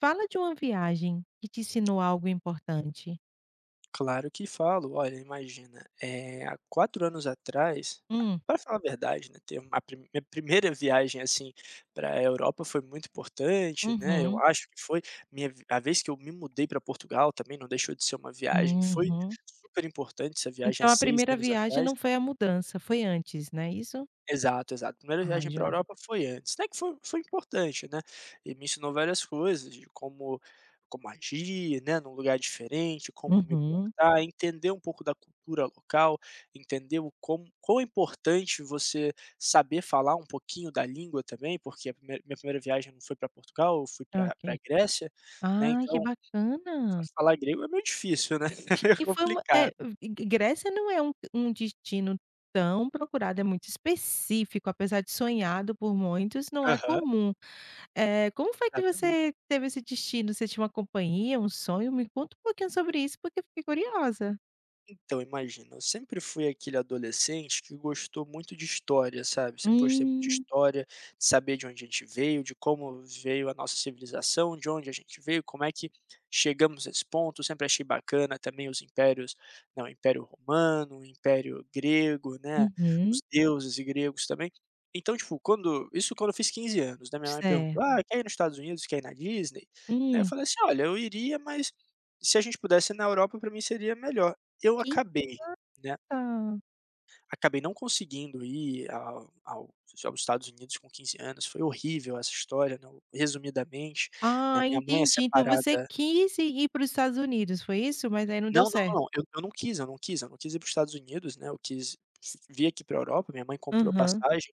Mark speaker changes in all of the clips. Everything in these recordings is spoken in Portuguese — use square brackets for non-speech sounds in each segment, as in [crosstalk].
Speaker 1: Fala de uma viagem que te ensinou algo importante.
Speaker 2: Claro que falo. Olha, imagina, há 4 anos atrás,
Speaker 1: Hum,
Speaker 2: para falar a verdade, né, ter uma prime minha primeira viagem, assim, para a Europa foi muito importante, né, eu
Speaker 1: uhum,
Speaker 2: acho que foi minha v a vez que eu me mudei para Portugal também não deixou de ser uma viagem, foi
Speaker 1: uhum.
Speaker 2: super importante essa viagem há
Speaker 1: Então a
Speaker 2: 6
Speaker 1: primeira
Speaker 2: anos
Speaker 1: viagem
Speaker 2: atrás.
Speaker 1: não foi a mudança, foi antes, não é isso?
Speaker 2: Exato, exato. Primeira
Speaker 1: Ah,
Speaker 2: viagem para a
Speaker 1: joia.
Speaker 2: Europa foi antes, né, que foi importante, né, e me ensinou várias coisas de como agir, né, num lugar diferente, como me
Speaker 1: Uhum,
Speaker 2: portar, entender um pouco da cultura local, entender o como quão é importante você saber falar um pouquinho da língua também, porque a primeira minha primeira viagem não foi para Portugal, eu fui para
Speaker 1: ok.
Speaker 2: para Grécia, né,
Speaker 1: Ai, que
Speaker 2: então só
Speaker 1: bacana.
Speaker 2: que falar grego é meio difícil, né, [laughs] é meio
Speaker 1: E foi uma
Speaker 2: complicado.
Speaker 1: G Grécia não é um destino tão procurado, é muito específico, apesar de sonhado por muitos, não é
Speaker 2: Aham,
Speaker 1: comum. Como foi que
Speaker 2: exatamente.
Speaker 1: você teve esse destino? Você tinha uma companhia, um sonho? Me conta um pouquinho sobre isso, porque eu fiquei curiosa.
Speaker 2: Então, imagina, eu sempre fui aquele adolescente que gostou muito de história, sabe? Sempre gostei muito de
Speaker 1: Hum,
Speaker 2: história, de saber de onde a gente veio, de como veio a nossa civilização, de onde a gente veio, como é que chegamos a esse ponto. Sempre achei bacana também os impérios, né, o Império Romano, o Império Grego, né?
Speaker 1: uhum,
Speaker 2: Os deuses e gregos também. Então, tipo, quando eu fiz 15 anos, né? Minha mãe
Speaker 1: certo.
Speaker 2: perguntou: ah, quer ir nos Estados Unidos, quer ir na Disney? Né, eu
Speaker 1: Hum,
Speaker 2: falei assim: olha, eu iria, mas se a gente pudesse ir na Europa, para mim seria melhor. Eu
Speaker 1: que
Speaker 2: acabei, né,
Speaker 1: tá.
Speaker 2: acabei não conseguindo ir ao ao aos Estados Unidos com 15 anos, foi horrível essa história, né, resumidamente, né,
Speaker 1: Ah,
Speaker 2: minha mãe é
Speaker 1: entendi. Então você
Speaker 2: separada
Speaker 1: quis ir para os Estados Unidos, foi isso? Mas aí não
Speaker 2: não,
Speaker 1: deu
Speaker 2: não,
Speaker 1: certo.
Speaker 2: não, eu não quis, eu não quis, eu não quis ir para os Estados Unidos, né, eu quis vir aqui para a Europa, minha mãe comprou
Speaker 1: Aham.
Speaker 2: passagem,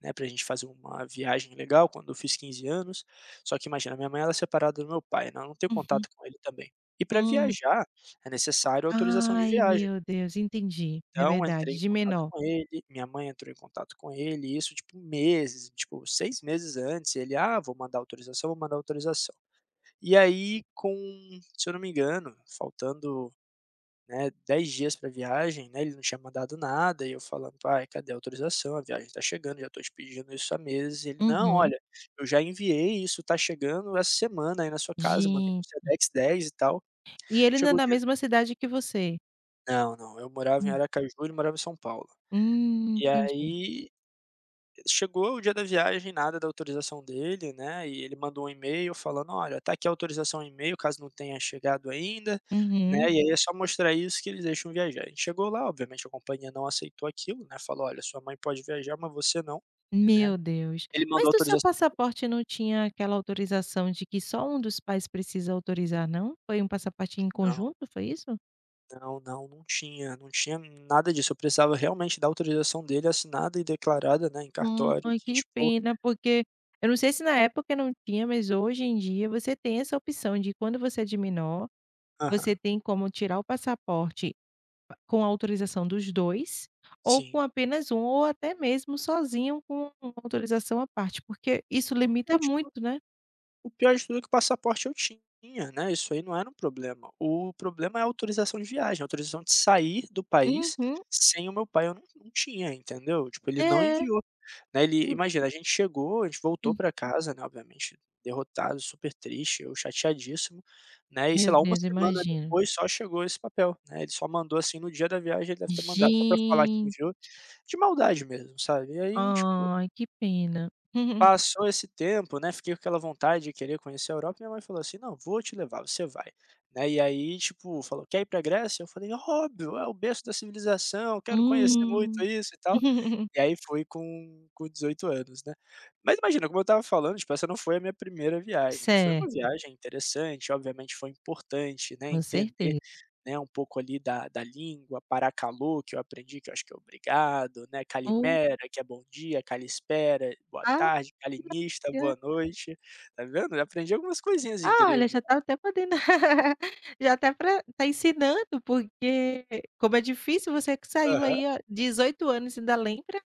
Speaker 2: né, pra gente fazer uma viagem legal quando eu fiz 15 anos, só que imagina, minha mãe ela é separada do meu pai, né, ela não tem
Speaker 1: Uhum.
Speaker 2: contato com ele também. E para
Speaker 1: Hum.
Speaker 2: viajar, é necessário autorização de
Speaker 1: Ai,
Speaker 2: viagem.
Speaker 1: meu Deus, entendi. É
Speaker 2: Então entrei
Speaker 1: verdade,
Speaker 2: em
Speaker 1: de
Speaker 2: contato
Speaker 1: menor.
Speaker 2: com ele, minha mãe entrou em contato com ele, isso tipo meses, tipo 6 meses antes, ele: "Ah, vou mandar autorização, vou mandar autorização". E aí com, se eu não me engano, faltando, né, 10 dias para viagem, né, ele não tinha mandado nada, e eu falando: "Pai, cadê a autorização? A viagem tá chegando, já tô te pedindo isso há meses". Ele: "Não,
Speaker 1: Uhum.
Speaker 2: olha, eu já enviei isso, tá chegando essa semana aí na sua casa, mandei
Speaker 1: Gen
Speaker 2: por Sedex 10 e tal".
Speaker 1: e ele não é
Speaker 2: Chegou o
Speaker 1: da
Speaker 2: dia
Speaker 1: mesma cidade que você?
Speaker 2: Não, não, eu morava em
Speaker 1: Hum,
Speaker 2: Aracaju, ele morava em São Paulo. E
Speaker 1: entendi.
Speaker 2: aí chegou o dia da viagem, nada da autorização dele, né, e ele mandou um e-mail falando: "Olha, tá aqui a autorização em e-mail, caso não tenha chegado ainda", né,
Speaker 1: Uhum.
Speaker 2: e aí é só mostrar isso que eles deixam viajar. A gente chegou lá, obviamente a companhia não aceitou aquilo, né, falou: "Olha, sua mãe pode viajar, mas você não", né.
Speaker 1: Meu Deus.
Speaker 2: Ele mandou
Speaker 1: Mas do seu
Speaker 2: autorização de
Speaker 1: passaporte não tinha aquela autorização de que só um dos pais precisa autorizar, não? Foi um passaporte em
Speaker 2: não,
Speaker 1: conjunto, foi isso?
Speaker 2: não, não, não tinha nada disso, eu precisava realmente da autorização dele assinada e declarada, né, em cartório
Speaker 1: Ai,
Speaker 2: que
Speaker 1: que
Speaker 2: tipo
Speaker 1: pena, porque eu não sei se na época não tinha, mas hoje em dia você tem essa opção de quando você é de menor, você
Speaker 2: aham,
Speaker 1: tem como tirar o passaporte com a autorização dos 2, ou com
Speaker 2: sim.
Speaker 1: apenas um, ou até mesmo sozinho com uma autorização à parte, porque isso limita muito, né?
Speaker 2: O pior de tudo é que o passaporte eu tinha, né, isso aí não era um problema. O problema é a autorização de viagem, a autorização de sair do país,
Speaker 1: Uhum.
Speaker 2: sem o meu pai eu não tinha, entendeu. Tipo, ele não
Speaker 1: É.
Speaker 2: enviou, né, ele
Speaker 1: Hum,
Speaker 2: imagina, a gente chegou, a gente voltou pra casa, né, obviamente derrotado, super triste, eu chateadíssimo, né, e sei
Speaker 1: meu
Speaker 2: lá, uma
Speaker 1: Deus,
Speaker 2: semana
Speaker 1: imagino.
Speaker 2: depois só chegou esse papel, né, ele só mandou, assim, no dia da viagem ele deve ter mandado só pra falar que
Speaker 1: Gen
Speaker 2: enviou, de maldade mesmo, sabe. E aí, tipo,
Speaker 1: ai, que pena. [laughs]
Speaker 2: passou esse tempo, né, fiquei com aquela vontade de querer conhecer a Europa, minha mãe falou assim: "Não, vou te levar, você vai", né, e aí, tipo, falou: "Quer ir pra Grécia?" Eu falei: "Óbvio, é o berço da civilização, quero conhecer muito
Speaker 1: Hum.
Speaker 2: isso e tal".
Speaker 1: [laughs]
Speaker 2: E aí foi com 18 anos, né. Mas imagina, como eu estava falando, tipo, essa não foi a minha primeira viagem, né, foi uma
Speaker 1: Certo,
Speaker 2: viagem interessante, obviamente foi importante, né,
Speaker 1: com
Speaker 2: entender,
Speaker 1: certeza.
Speaker 2: né, um pouco ali da língua, Paracallu, que eu aprendi que eu acho que é obrigado, né,
Speaker 1: Ou
Speaker 2: Calimera que é bom dia, calispera boa
Speaker 1: ah,
Speaker 2: tarde,
Speaker 1: que
Speaker 2: calinista
Speaker 1: bacana.
Speaker 2: boa noite, tá vendo, já aprendi algumas coisinhas em
Speaker 1: Ah, olha, já
Speaker 2: grego.
Speaker 1: está até podendo [laughs] já até pra tá ensinando, porque como é difícil, você que saiu
Speaker 2: Aham.
Speaker 1: aí, ó, 18 anos e ainda lembra,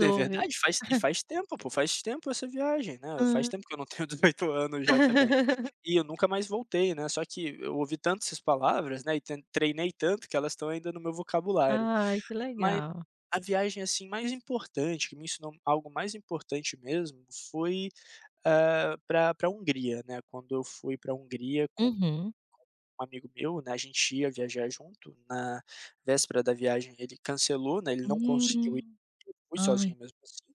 Speaker 2: É
Speaker 1: viu.
Speaker 2: verdade, faz tempo, pô, faz tempo essa viagem, né,
Speaker 1: Hã.
Speaker 2: faz tempo que eu não tenho [laughs] 18 anos já também.
Speaker 1: [laughs]
Speaker 2: E eu nunca mais voltei, né, só que eu ouvi tanto essas palavras, né, e ten treinei tanto que elas estão ainda no meu vocabulário.
Speaker 1: Ai, que
Speaker 2: Mas
Speaker 1: legal.
Speaker 2: a viagem, assim, mais importante, que me ensinou algo mais importante mesmo, foi, pra Hungria, né, quando eu fui pra Hungria com
Speaker 1: Uhum.
Speaker 2: com um amigo meu, né, a gente ia viajar junto, na véspera da viagem ele cancelou, né, ele não conseguiu ir,
Speaker 1: Hum.
Speaker 2: eu fui
Speaker 1: Ai.
Speaker 2: sozinho mesmo assim.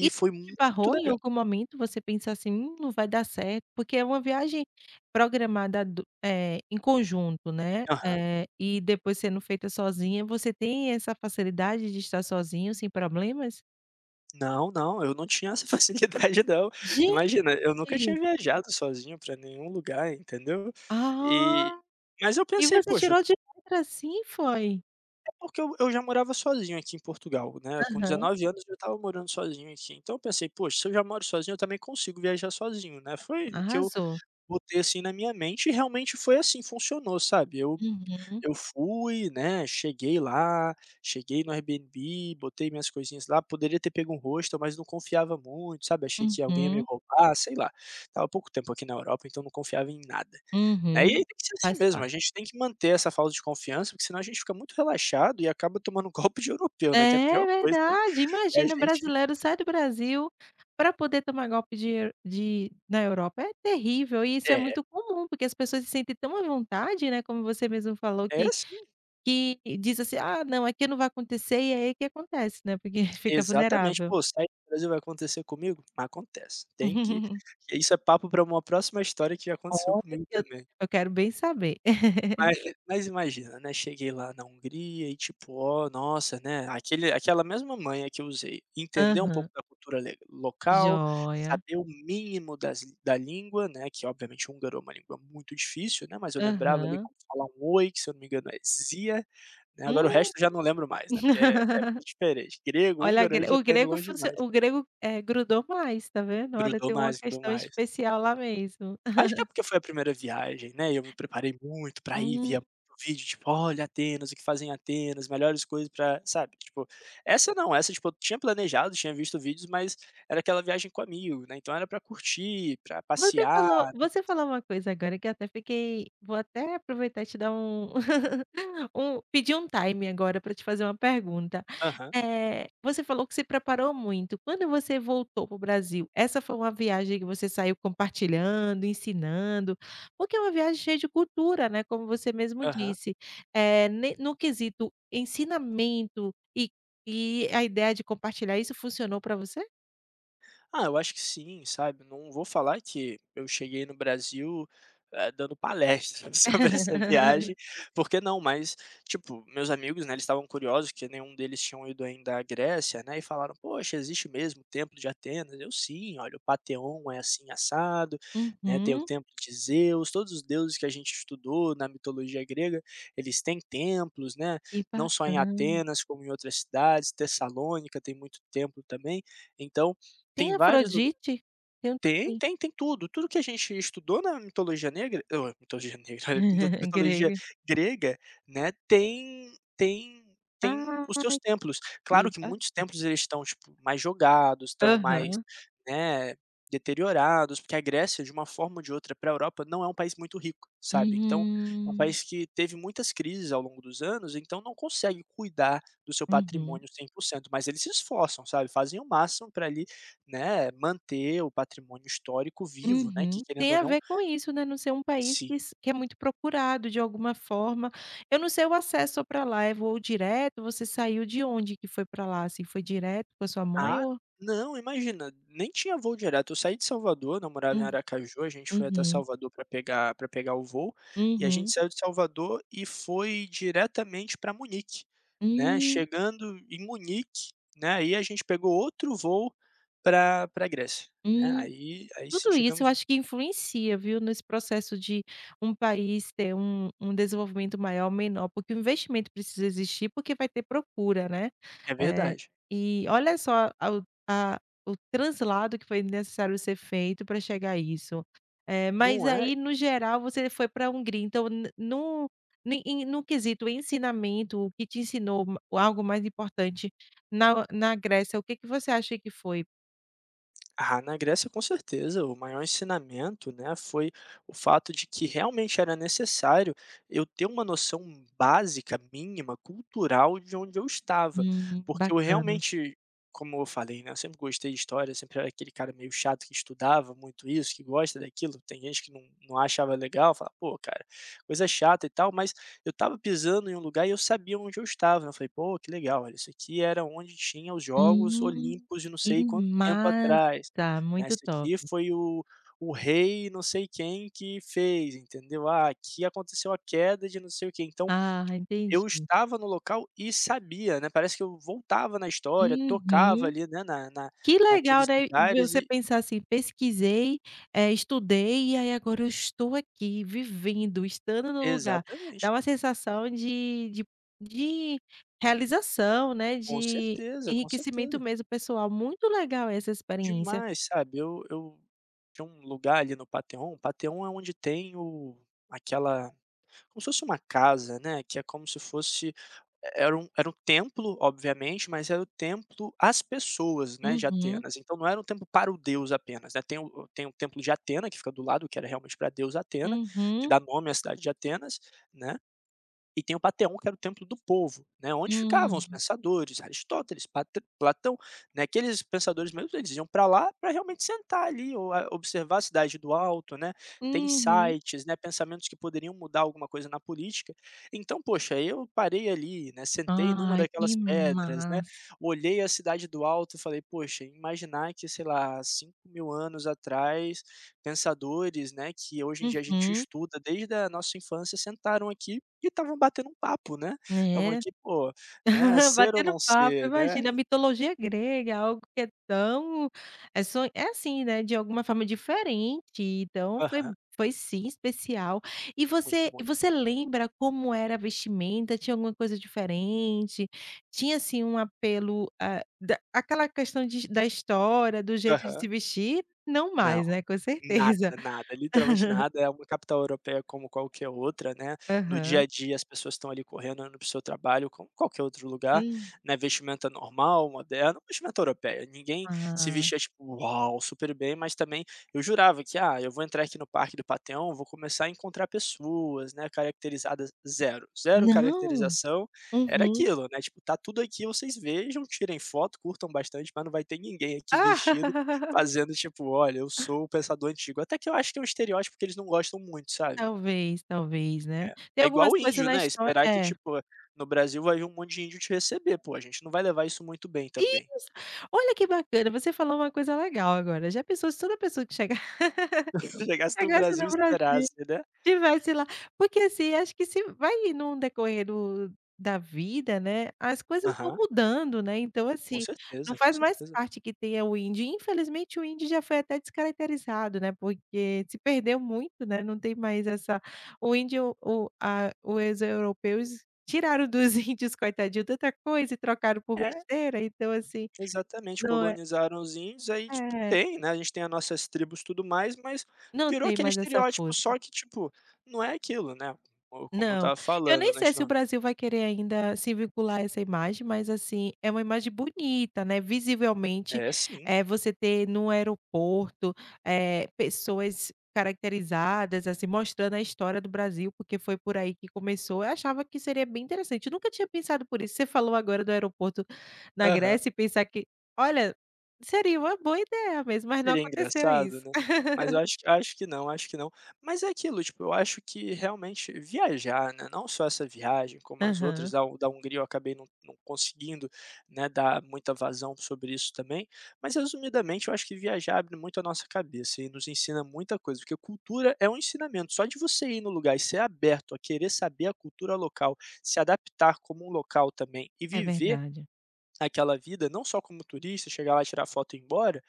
Speaker 1: E
Speaker 2: foi
Speaker 1: te
Speaker 2: muito
Speaker 1: barrou em
Speaker 2: legal.
Speaker 1: algum momento, você pensar assim: não vai dar certo", porque é uma viagem programada do em conjunto, né,
Speaker 2: Aham.
Speaker 1: e depois sendo feita sozinha, você tem essa facilidade de estar sozinho sem problemas?
Speaker 2: Não, não, eu não tinha essa [laughs] facilidade não.
Speaker 1: Gente!
Speaker 2: Imagina, eu nunca tinha viajado sozinho pra nenhum lugar, entendeu. E
Speaker 1: Ah,
Speaker 2: mas eu
Speaker 1: e
Speaker 2: pensei:
Speaker 1: você
Speaker 2: "Poxa",
Speaker 1: tirou
Speaker 2: até
Speaker 1: de letra assim, foi?
Speaker 2: porque eu já morava sozinho aqui em Portugal, né, com
Speaker 1: Aham,
Speaker 2: 19 anos eu estava morando sozinho aqui. Então eu pensei: "Poxa, se eu já moro sozinho, eu também consigo viajar sozinho", né. Foi o que eu
Speaker 1: arrasou.
Speaker 2: botei, assim, na minha mente e realmente foi assim, funcionou, sabe. Eu
Speaker 1: Uhum,
Speaker 2: Eu fui, né, cheguei lá, cheguei no Airbnb, botei minhas coisinhas lá, poderia ter pego um hostel, mas não confiava muito, sabe, achei que alguém ia me
Speaker 1: uhum,
Speaker 2: roubar, sei lá. Tava há pouco tempo aqui na Europa, então não confiava em nada, né, e aí
Speaker 1: uhum,
Speaker 2: tem que ser assim
Speaker 1: faz
Speaker 2: mesmo, a
Speaker 1: parte.
Speaker 2: gente tem que manter essa falta de confiança, porque senão a gente fica muito relaxado e acaba tomando um [laughs] golpe de europeu, né, que é a
Speaker 1: É
Speaker 2: pior coisa.
Speaker 1: verdade,
Speaker 2: é a
Speaker 1: imagina
Speaker 2: gente
Speaker 1: brasileiro sai do Brasil para poder tomar golpe de de na Europa, é terrível e isso é
Speaker 2: é,
Speaker 1: muito comum, porque as pessoas se sentem tão à vontade, né, como você mesmo falou
Speaker 2: é
Speaker 1: que
Speaker 2: assim,
Speaker 1: que diz assim: "Ah não, aqui não vai acontecer", e é aí que acontece, né, porque [laughs] fica
Speaker 2: exatamente.
Speaker 1: vulnerável.
Speaker 2: "Pô, sair do Brasil vai acontecer comigo?" Acontece, tem que
Speaker 1: [laughs]
Speaker 2: isso é papo para uma próxima história que já aconteceu
Speaker 1: Olha,
Speaker 2: comigo
Speaker 1: eu
Speaker 2: também.
Speaker 1: eu quero bem saber. [laughs]
Speaker 2: Mas mas imagina, né, cheguei lá na Hungria e tipo: "Ó, nossa", né, aquele aquela mesma manha que eu usei, entender um
Speaker 1: Aham.
Speaker 2: pouco da cultura le local,
Speaker 1: Joia.
Speaker 2: saber o mínimo das da língua, né, que obviamente húngaro é uma língua muito difícil, né, mas eu lembrava ali
Speaker 1: Aham.
Speaker 2: como falar um "oi", que se eu não me engano é "szia", né, agora o
Speaker 1: Hum.
Speaker 2: resto eu já não lembro mais, né, porque é
Speaker 1: [laughs]
Speaker 2: muito diferente. Grego,
Speaker 1: Olha,
Speaker 2: húngaro aí
Speaker 1: gre
Speaker 2: já
Speaker 1: o
Speaker 2: tá indo
Speaker 1: grego
Speaker 2: longe
Speaker 1: funcio
Speaker 2: demais.
Speaker 1: o grego, grudou mais, tá vendo? Olha,
Speaker 2: Grudou
Speaker 1: tem uma
Speaker 2: mais, grudou
Speaker 1: questão
Speaker 2: mais.
Speaker 1: especial lá mesmo.
Speaker 2: Acho que é porque foi a primeira viagem, né, e eu me preparei muito pra ir, via
Speaker 1: [laughs]
Speaker 2: muito vídeo, tipo: "Olha, Atenas, o que fazem em Atenas, melhores coisas pra" sabe, tipo, essa não, essa, tipo, eu tinha planejado, tinha visto vídeos, mas era aquela viagem com amigo, né, então era pra curtir, pra
Speaker 1: Você
Speaker 2: passear,
Speaker 1: falou
Speaker 2: né.
Speaker 1: você falou uma coisa agora que eu até fiquei vou até aproveitar e te dar um [laughs] pedir um time agora para te fazer uma pergunta.
Speaker 2: Aham,
Speaker 1: Você falou que se preparou muito. Quando você voltou para o Brasil, essa foi uma viagem que você saiu compartilhando, ensinando, porque é uma viagem cheia de cultura, né, como você mesmo
Speaker 2: aham.
Speaker 1: disse. Eh, ne no quesito ensinamento e a ideia de compartilhar isso funcionou para você?
Speaker 2: Ah, eu acho que sim, sabe. Não vou falar que eu cheguei no Brasil, dando palestra [laughs] sobre essa viagem,
Speaker 1: [laughs]
Speaker 2: porque não, mas, tipo, meus amigos, né, eles estavam curiosos, que nenhum deles tinham ido ainda à Grécia, né, e falaram: "Poxa, existe mesmo o templo de Atenas?" Eu: "Sim, olha, o Pateon é assim assado, né, tem o
Speaker 1: Uhum.
Speaker 2: templo de Zeus, todos os deuses que a gente estudou na mitologia grega, eles têm templos, né,
Speaker 1: Que
Speaker 2: não só em
Speaker 1: bacana.
Speaker 2: Atenas como em outras cidades, Tessalônica tem muito templo também". Então
Speaker 1: Tem
Speaker 2: tem vários luga
Speaker 1: Afrodite? Eu não
Speaker 2: tem,
Speaker 1: sei.
Speaker 2: tem, tem tudo. Tudo que a gente estudou na mitologia negra ô, mitologia negra, [laughs] mito-
Speaker 1: [laughs]
Speaker 2: mitologia
Speaker 1: Grega.
Speaker 2: grega, né, tem
Speaker 1: Ah,
Speaker 2: os seus templos.
Speaker 1: que
Speaker 2: Claro que
Speaker 1: ba
Speaker 2: muitos templos eles estão, tipo, mais jogados, estão mais,
Speaker 1: aham.
Speaker 2: né, deteriorados, porque a Grécia, de uma forma ou de outra, para a Europa, não é um país muito rico, sabe. Então, é um
Speaker 1: Uhum.
Speaker 2: país que teve muitas crises ao longo dos anos, então não consegue cuidar do seu
Speaker 1: Uhum.
Speaker 2: patrimônio 100%, mas eles se esforçam, sabe, fazem o máximo para ali, né, manter o patrimônio histórico vivo, né, que
Speaker 1: Uhum.
Speaker 2: querendo
Speaker 1: Tem
Speaker 2: ou
Speaker 1: a
Speaker 2: não
Speaker 1: ver com isso, né, não ser um país
Speaker 2: sim.
Speaker 1: que é muito procurado de alguma forma. Eu não sei o acesso para lá, é voo direto? Você saiu de onde que foi para lá, assim? Foi direto com a sua mãe
Speaker 2: Ah,
Speaker 1: ou
Speaker 2: não, imagina, nem tinha voo direto, eu saí de Salvador, não morava em
Speaker 1: hum,
Speaker 2: Aracaju, a gente foi até
Speaker 1: uhum,
Speaker 2: Salvador para pegar pra pegar o voo, e a gente
Speaker 1: uhum.
Speaker 2: saiu de Salvador e foi diretamente para Munique, né,
Speaker 1: Hum,
Speaker 2: chegando em Munique, né, aí a gente pegou outro voo para pra Grécia, né,
Speaker 1: hum.
Speaker 2: aí sim
Speaker 1: Tudo isso eu
Speaker 2: chegamos lá.
Speaker 1: acho que influencia, viu, nesse processo de um país ter um desenvolvimento maior ou menor, porque o investimento precisa existir, porque vai ter procura, né.
Speaker 2: É
Speaker 1: Eh,
Speaker 2: verdade.
Speaker 1: e olha só a o translado que foi necessário ser feito para chegar a isso. Mas
Speaker 2: Não é?
Speaker 1: aí, no geral, você foi para a Hungria, então n no ni em no quesito ensinamento, o que te ensinou ma algo mais importante na Grécia, o que que você acha que foi?
Speaker 2: Ah, na Grécia, com certeza, o maior ensinamento, né, foi o fato de que realmente era necessário eu ter uma noção básica, mínima, cultural de onde eu estava, porque eu
Speaker 1: Bacana.
Speaker 2: realmente, como eu falei, né, eu sempre gostei de história, sempre era aquele cara meio chato que estudava muito isso, que gosta daquilo, tem gente que não, não achava legal, fala, pô, cara, coisa chata e tal, mas eu estava pisando em um lugar e eu sabia onde eu estava, né, eu falei: "Pô, que legal, olha, isso aqui era onde tinha os Jogos
Speaker 1: Hum,
Speaker 2: Olímpicos de não
Speaker 1: que
Speaker 2: sei quanto tempo atrás,
Speaker 1: massa!
Speaker 2: né,
Speaker 1: Muito
Speaker 2: isso
Speaker 1: top.
Speaker 2: aqui foi o rei não sei quem que fez", entendeu? "Ah, aqui aconteceu a queda de não sei o quê". Então,
Speaker 1: Ah, entendi.
Speaker 2: eu estava no local e sabia, né, parece que eu voltava na história, tocava
Speaker 1: Uhum.
Speaker 2: ali, né, na
Speaker 1: Que legal,
Speaker 2: naqueles
Speaker 1: né,
Speaker 2: lugares
Speaker 1: você
Speaker 2: e
Speaker 1: pensar assim: "Pesquisei, estudei e aí agora eu estou aqui vivendo, estando no lugar".
Speaker 2: exatamente,
Speaker 1: Dá uma sensação de realização, né,
Speaker 2: com
Speaker 1: de
Speaker 2: certeza, com
Speaker 1: enriquecimento
Speaker 2: certeza.
Speaker 1: mesmo pessoal. Muito legal essa experiência.
Speaker 2: Demais, sabe, eu tinha um lugar ali no Pathéon, Pathéon é onde tem o aquela, como se fosse uma casa, né, que é como se fosse, é, era um templo, obviamente, mas era o templo às pessoas, né, de
Speaker 1: Uhum,
Speaker 2: Atenas, então não era um templo para o deus apenas, né, tem o tem o templo de Atena que fica do lado, que era realmente para a deusa Atena, que
Speaker 1: uhum,
Speaker 2: dá nome à cidade de Atenas, né, e tem o Pateon, que era o templo do povo, né, onde ficavam os
Speaker 1: hum,
Speaker 2: pensadores, Aristóteles, Patr Platão, né, aqueles pensadores mesmo, eles iam para lá para realmente sentar ali, ou a observar a cidade do alto, né, ter
Speaker 1: uhum.
Speaker 2: insights, né, pensamentos que poderiam mudar alguma coisa na política. Então, poxa, eu parei ali, né, sentei numa
Speaker 1: Ai, que
Speaker 2: daquelas pedras, né,
Speaker 1: massa.
Speaker 2: olhei a cidade do alto e falei: "Poxa, imaginar que, sei lá, 5.000 anos atrás, pensadores, né, que hoje em dia a gente
Speaker 1: Uhum.
Speaker 2: estuda desde a nossa infância, sentaram aqui e estavam batendo um papo, né. Estavam
Speaker 1: É,
Speaker 2: aqui, pô, né,
Speaker 1: [laughs]
Speaker 2: ser ou
Speaker 1: batendo
Speaker 2: não
Speaker 1: papo,
Speaker 2: ser,
Speaker 1: imagina, a
Speaker 2: né.
Speaker 1: mitologia grega, é algo que é tão é só é assim, né, de alguma forma diferente, então
Speaker 2: Aham.
Speaker 1: foi sim especial. E
Speaker 2: Muito,
Speaker 1: você e
Speaker 2: muito.
Speaker 1: você lembra como era a vestimenta? Tinha alguma coisa diferente? Tinha, assim, um apelo, ah, da aquela questão de da história, do jeito de se
Speaker 2: Aham.
Speaker 1: vestir? Não
Speaker 2: Não.
Speaker 1: mais, né, com
Speaker 2: Nada,
Speaker 1: certeza.
Speaker 2: nada, literalmente
Speaker 1: [laughs]
Speaker 2: nada. É uma capital europeia como qualquer outra, né. No dia
Speaker 1: Aham.
Speaker 2: a dia as pessoas estão ali correndo, no seu trabalho como qualquer outro lugar,
Speaker 1: Hum.
Speaker 2: né, vestimenta normal, moderna, vestimenta europeia. Ninguém se
Speaker 1: Ah.
Speaker 2: vestia, tipo, uau, super bem, mas também eu jurava que: "Ah, eu vou entrar aqui no Parque do Panteão, vou começar a encontrar pessoas, né, caracterizadas", zero, zero
Speaker 1: Não?
Speaker 2: caracterização. Era
Speaker 1: Uhum.
Speaker 2: aquilo, né, tipo: "Tá tudo aqui, vocês vejam, tirem foto, curtam bastante, mas não vai ter ninguém aqui vestido
Speaker 1: Ah. [laughs]
Speaker 2: fazendo tipo: "Olha, eu sou o pensador antigo". Até que eu acho que é um estereótipo que eles não gostam muito, sabe.
Speaker 1: Talvez, talvez, né.
Speaker 2: É.
Speaker 1: Tem
Speaker 2: É igual
Speaker 1: algumas
Speaker 2: o
Speaker 1: coisas
Speaker 2: índio,
Speaker 1: na
Speaker 2: né,
Speaker 1: história
Speaker 2: esperar que
Speaker 1: é.
Speaker 2: tipo, no Brasil vai vir um monte de índio te receber, pô, a gente não vai levar isso muito bem também.
Speaker 1: Isso! Olha que bacana, você falou uma coisa legal agora, já pensou se toda pessoa que chegar [laughs]
Speaker 2: [laughs] Se chegasse no
Speaker 1: chegasse no
Speaker 2: Brasil e
Speaker 1: Brasil
Speaker 2: esperasse, né.
Speaker 1: tivesse lá. Porque, assim, acho que se vai num decorrer do da vida, né, as coisas vão
Speaker 2: Aham,
Speaker 1: mudando, né, então,
Speaker 2: com
Speaker 1: assim, não
Speaker 2: certeza, com
Speaker 1: faz mais
Speaker 2: certeza.
Speaker 1: parte que tenha o indie. Infelizmente, o indie já foi até descaracterizado, né, porque se perdeu muito, né, não tem mais essa o indie o a os europeus tiraram dos [laughs] índios, coitadinho, tanta coisa e trocaram por
Speaker 2: É,
Speaker 1: besteira, então, assim,
Speaker 2: exatamente,
Speaker 1: não é
Speaker 2: colonizaram os índios, aí tipo
Speaker 1: é,
Speaker 2: tem, né, a gente tem as nossas tribos, e tudo mais, mas
Speaker 1: não
Speaker 2: virou
Speaker 1: tem
Speaker 2: aquele
Speaker 1: mais essa
Speaker 2: estereótipo,
Speaker 1: força.
Speaker 2: só que tipo, não é aquilo, né, co como eu
Speaker 1: Não,
Speaker 2: estava
Speaker 1: eu nem
Speaker 2: falando, né, a
Speaker 1: sei
Speaker 2: gente
Speaker 1: se o
Speaker 2: não
Speaker 1: Brasil vai querer ainda se vincular a essa imagem, mas, assim, é uma imagem bonita, né, visivelmente,
Speaker 2: é sim.
Speaker 1: você ter no aeroporto, pessoas caracterizadas, assim, mostrando a história do Brasil, porque foi por aí que começou. Eu achava que seria bem interessante, eu nunca tinha pensado por isso. Você falou agora do aeroporto na
Speaker 2: Aham.
Speaker 1: Grécia e pensar que olha, seria uma boa ideia mesmo, mas não
Speaker 2: Seria
Speaker 1: aconteceu
Speaker 2: engraçado,
Speaker 1: isso.
Speaker 2: né.
Speaker 1: [laughs]
Speaker 2: Mas eu acho que não, acho que não. Mas é aquilo, tipo, eu acho que realmente viajar, né, não só essa viagem, como as outras,
Speaker 1: Aham,
Speaker 2: da Hungria eu acabei não conseguindo, né, dar muita vazão sobre isso também, mas resumidamente eu acho que viajar abre muito a nossa cabeça e nos ensina muita coisa, porque cultura é um ensinamento, só de você ir no lugar e ser aberto a querer saber a cultura local, se adaptar como um local também e
Speaker 1: é
Speaker 2: viver
Speaker 1: verdade.
Speaker 2: aquela vida, não só como turista, chegar lá, tirar foto e ir embora,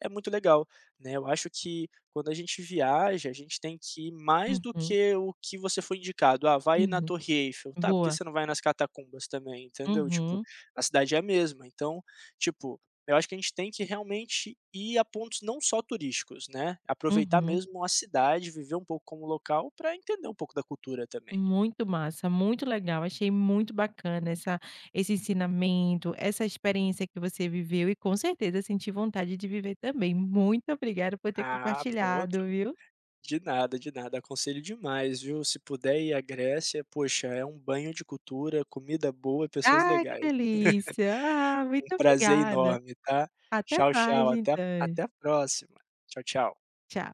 Speaker 2: é muito legal, né. Eu acho que quando a gente viaja, a gente tem que ir mais do
Speaker 1: Uhum,
Speaker 2: que o que você foi indicado: "Ah, vai na
Speaker 1: uhum.
Speaker 2: Torre Eiffel", tá, por que
Speaker 1: Boa.
Speaker 2: você não vai nas catacumbas também, entendeu? Tipo,
Speaker 1: Uhum.
Speaker 2: a cidade é a mesma, então, tipo, eu acho que a gente tem que realmente ir a pontos não só turísticos, né, aproveitar
Speaker 1: Uhum.
Speaker 2: mesmo a cidade, viver um pouco como local para entender um pouco da cultura também.
Speaker 1: Muito massa, muito legal, achei muito bacana essa esse ensinamento, essa experiência que você viveu e com certeza senti vontade de viver também. Muito obrigada por ter
Speaker 2: Ah, pronto.
Speaker 1: compartilhado, viu.
Speaker 2: De nada, de nada. Aconselho demais, viu? Se puder ir à Grécia, poxa, é um banho de cultura, comida boa e pessoas
Speaker 1: Ai, que
Speaker 2: legais.
Speaker 1: delícia. Ah, muito
Speaker 2: Um prazer
Speaker 1: obrigada.
Speaker 2: enorme, tá?
Speaker 1: Até
Speaker 2: Tchau,
Speaker 1: mais
Speaker 2: tchau.
Speaker 1: então.
Speaker 2: Até a próxima. Tchau, tchau.
Speaker 1: Tchau.